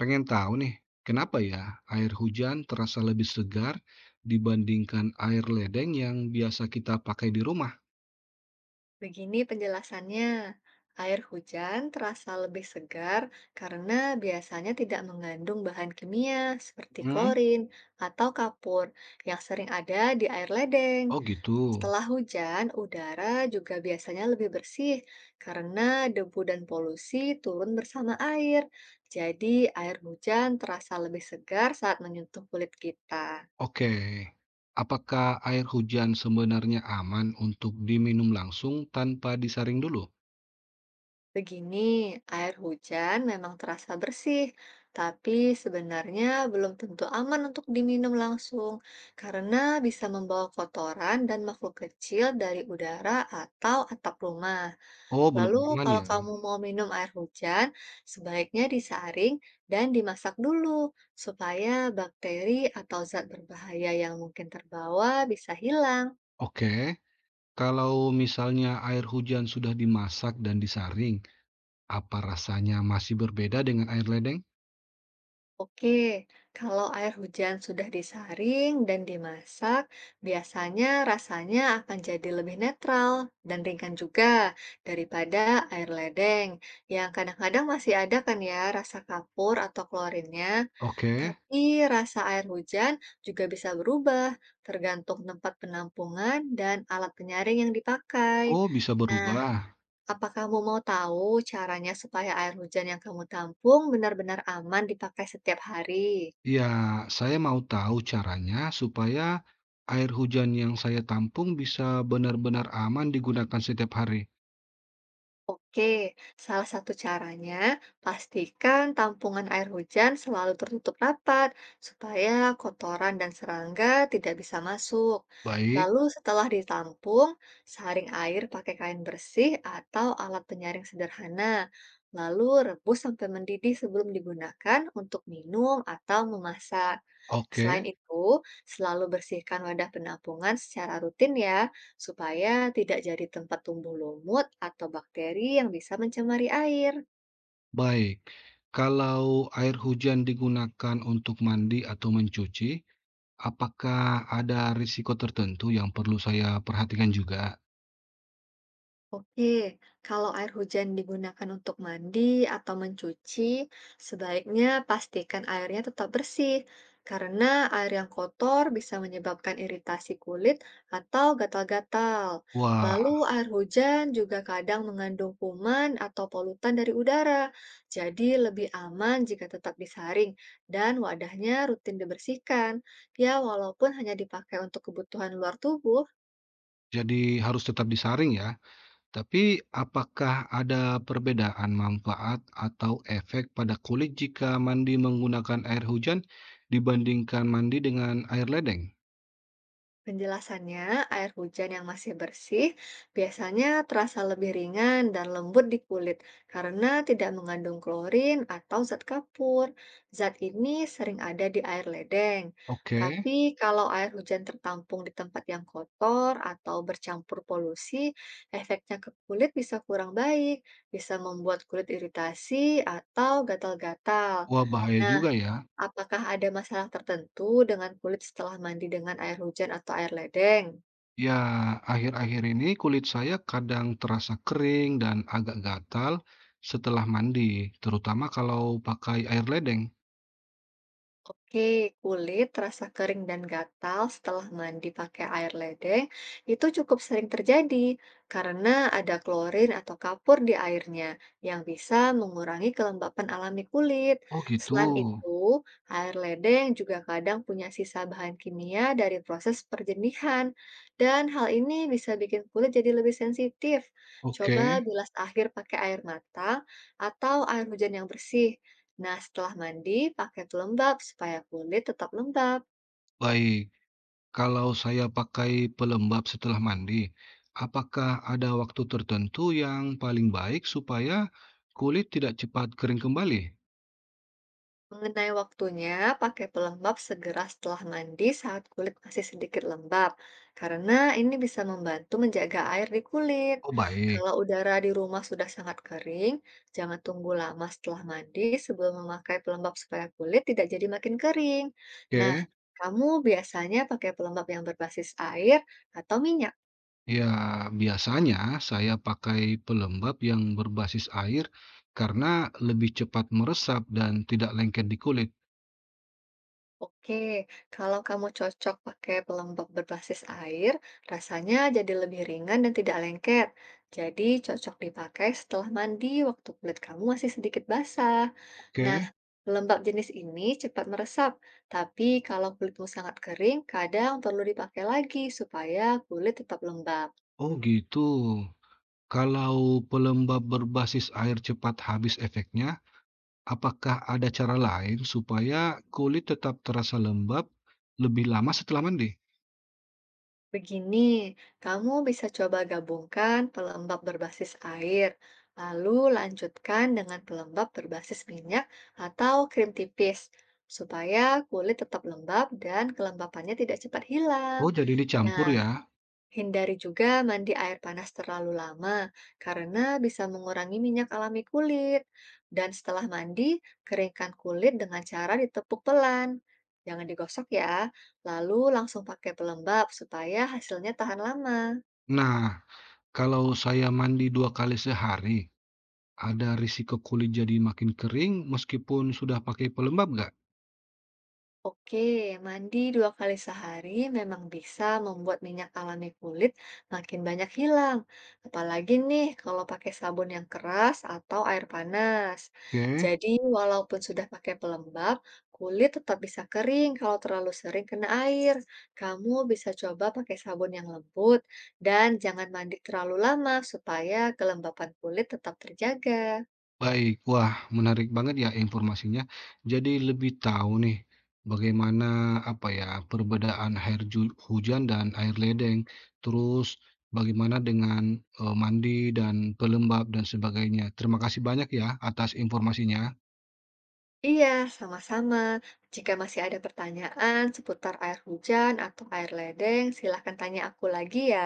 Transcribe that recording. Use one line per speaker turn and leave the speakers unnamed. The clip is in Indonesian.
Pengen tahu nih, kenapa ya air hujan terasa lebih segar dibandingkan air ledeng yang biasa kita pakai di rumah?
Begini penjelasannya, air hujan terasa lebih segar karena biasanya tidak mengandung bahan kimia seperti
Hmm.
klorin atau kapur yang sering ada di air ledeng.
Oh gitu.
Setelah hujan, udara juga biasanya lebih bersih karena debu dan polusi turun bersama air. Jadi, air hujan terasa lebih segar saat menyentuh kulit kita.
Oke. Apakah air hujan sebenarnya aman untuk diminum langsung tanpa disaring dulu?
Begini, air hujan memang terasa bersih, tapi sebenarnya belum tentu aman untuk diminum langsung karena bisa membawa kotoran dan makhluk kecil dari udara atau atap rumah.
Oh, belum
Lalu,
aman
kalau
ya.
kamu mau minum air hujan, sebaiknya disaring dan dimasak dulu supaya bakteri atau zat berbahaya yang mungkin terbawa bisa hilang.
Oke. Kalau misalnya air hujan sudah dimasak dan disaring, apa rasanya masih berbeda dengan air ledeng?
Oke, kalau air hujan sudah disaring dan dimasak, biasanya rasanya akan jadi lebih netral dan ringan juga daripada air ledeng yang kadang-kadang masih ada kan ya rasa kapur atau klorinnya.
Oke.
Tapi rasa air hujan juga bisa berubah tergantung tempat penampungan dan alat penyaring yang dipakai.
Oh, bisa
Nah,
berubah.
apa kamu mau tahu caranya supaya air hujan yang kamu tampung benar-benar aman dipakai setiap hari?
Ya, saya mau tahu caranya supaya air hujan yang saya tampung bisa benar-benar aman digunakan setiap hari.
Oke, salah satu caranya pastikan tampungan air hujan selalu tertutup rapat supaya kotoran dan serangga tidak bisa masuk.
Baik,
Lalu setelah ditampung, saring air pakai kain bersih atau alat penyaring sederhana. Lalu rebus sampai mendidih sebelum digunakan untuk minum atau memasak.
oke,
Selain itu, selalu bersihkan wadah penampungan secara rutin ya, supaya tidak jadi tempat tumbuh lumut atau bakteri yang bisa mencemari air.
baik. Kalau air hujan digunakan untuk mandi atau mencuci, apakah ada risiko tertentu yang perlu saya perhatikan juga?
Oke, kalau air hujan digunakan untuk mandi atau mencuci, sebaiknya pastikan airnya tetap bersih, karena air yang kotor bisa menyebabkan iritasi kulit atau gatal-gatal.
Wah,
Lalu, air hujan juga kadang mengandung kuman atau polutan dari udara, jadi lebih aman jika tetap disaring dan wadahnya rutin dibersihkan. Ya, walaupun hanya dipakai untuk kebutuhan luar tubuh.
jadi harus tetap disaring ya. Tapi, apakah ada perbedaan manfaat atau efek pada kulit jika mandi menggunakan air hujan dibandingkan mandi dengan air ledeng?
Penjelasannya, air hujan yang masih bersih biasanya terasa lebih ringan dan lembut di kulit karena tidak mengandung klorin atau zat kapur. Zat ini sering ada di air ledeng.
Oke,
Tapi kalau air hujan tertampung di tempat yang kotor atau bercampur polusi, efeknya ke kulit bisa kurang baik, bisa membuat kulit iritasi atau gatal-gatal.
wah bahaya
Nah,
juga ya.
apakah ada masalah tertentu dengan kulit setelah mandi dengan air hujan atau air ledeng?
Ya, akhir-akhir ini kulit saya kadang terasa kering dan agak gatal setelah mandi, terutama kalau pakai air ledeng.
Oke, kulit terasa kering dan gatal setelah mandi pakai air ledeng itu cukup sering terjadi karena ada klorin atau kapur di airnya yang bisa mengurangi kelembapan alami kulit.
Oh gitu.
Selain itu, air ledeng juga kadang punya sisa bahan kimia dari proses perjenihan dan hal ini bisa bikin kulit jadi lebih sensitif.
Oke,
Coba bilas akhir pakai air mata atau air hujan yang bersih. Nah, setelah mandi, pakai pelembab supaya kulit tetap lembab.
baik. Kalau saya pakai pelembab setelah mandi, apakah ada waktu tertentu yang paling baik supaya kulit tidak cepat kering kembali?
Mengenai waktunya, pakai pelembab segera setelah mandi saat kulit masih sedikit lembab, karena ini bisa membantu menjaga air di kulit.
Oh, baik.
Kalau udara di rumah sudah sangat kering, jangan tunggu lama setelah mandi sebelum memakai pelembab supaya kulit tidak jadi makin kering. Nah,
Oke.
kamu biasanya pakai pelembab yang berbasis air atau minyak?
Ya, biasanya saya pakai pelembab yang berbasis air karena lebih cepat meresap dan tidak lengket di kulit.
Oke, kalau kamu cocok pakai pelembab berbasis air, rasanya jadi lebih ringan dan tidak lengket. Jadi cocok dipakai setelah mandi waktu kulit kamu masih sedikit basah. Nah,
Oke.
pelembab jenis ini cepat meresap, tapi kalau kulitmu sangat kering, kadang perlu dipakai lagi supaya kulit tetap lembab.
Oh, gitu. Kalau pelembab berbasis air cepat habis efeknya, apakah ada cara lain supaya kulit tetap terasa lembab lebih lama setelah mandi?
Begini, kamu bisa coba gabungkan pelembab berbasis air, lalu lanjutkan dengan pelembab berbasis minyak atau krim tipis, supaya kulit tetap lembab dan kelembapannya tidak cepat hilang.
Oh, jadi dicampur
Nah,
ya?
hindari juga mandi air panas terlalu lama karena bisa mengurangi minyak alami kulit. Dan setelah mandi, keringkan kulit dengan cara ditepuk pelan. Jangan digosok ya, lalu langsung pakai pelembab supaya hasilnya tahan lama.
Nah, kalau saya mandi dua kali sehari, ada risiko kulit jadi makin kering meskipun sudah pakai pelembab nggak?
Oke, mandi dua kali sehari memang bisa membuat minyak alami kulit makin banyak hilang. Apalagi nih kalau pakai sabun yang keras atau air panas.
Oke.
Jadi, walaupun sudah pakai pelembab, kulit tetap bisa kering kalau terlalu sering kena air. Kamu bisa coba pakai sabun yang lembut dan jangan mandi terlalu lama supaya kelembapan kulit tetap terjaga.
Baik, wah menarik banget ya informasinya. Jadi lebih tahu nih bagaimana apa ya perbedaan air hujan dan air ledeng. Terus bagaimana dengan mandi dan pelembab dan sebagainya. Terima kasih banyak ya atas informasinya.
Iya, sama-sama. Jika masih ada pertanyaan seputar air hujan atau air ledeng, silahkan tanya aku lagi ya.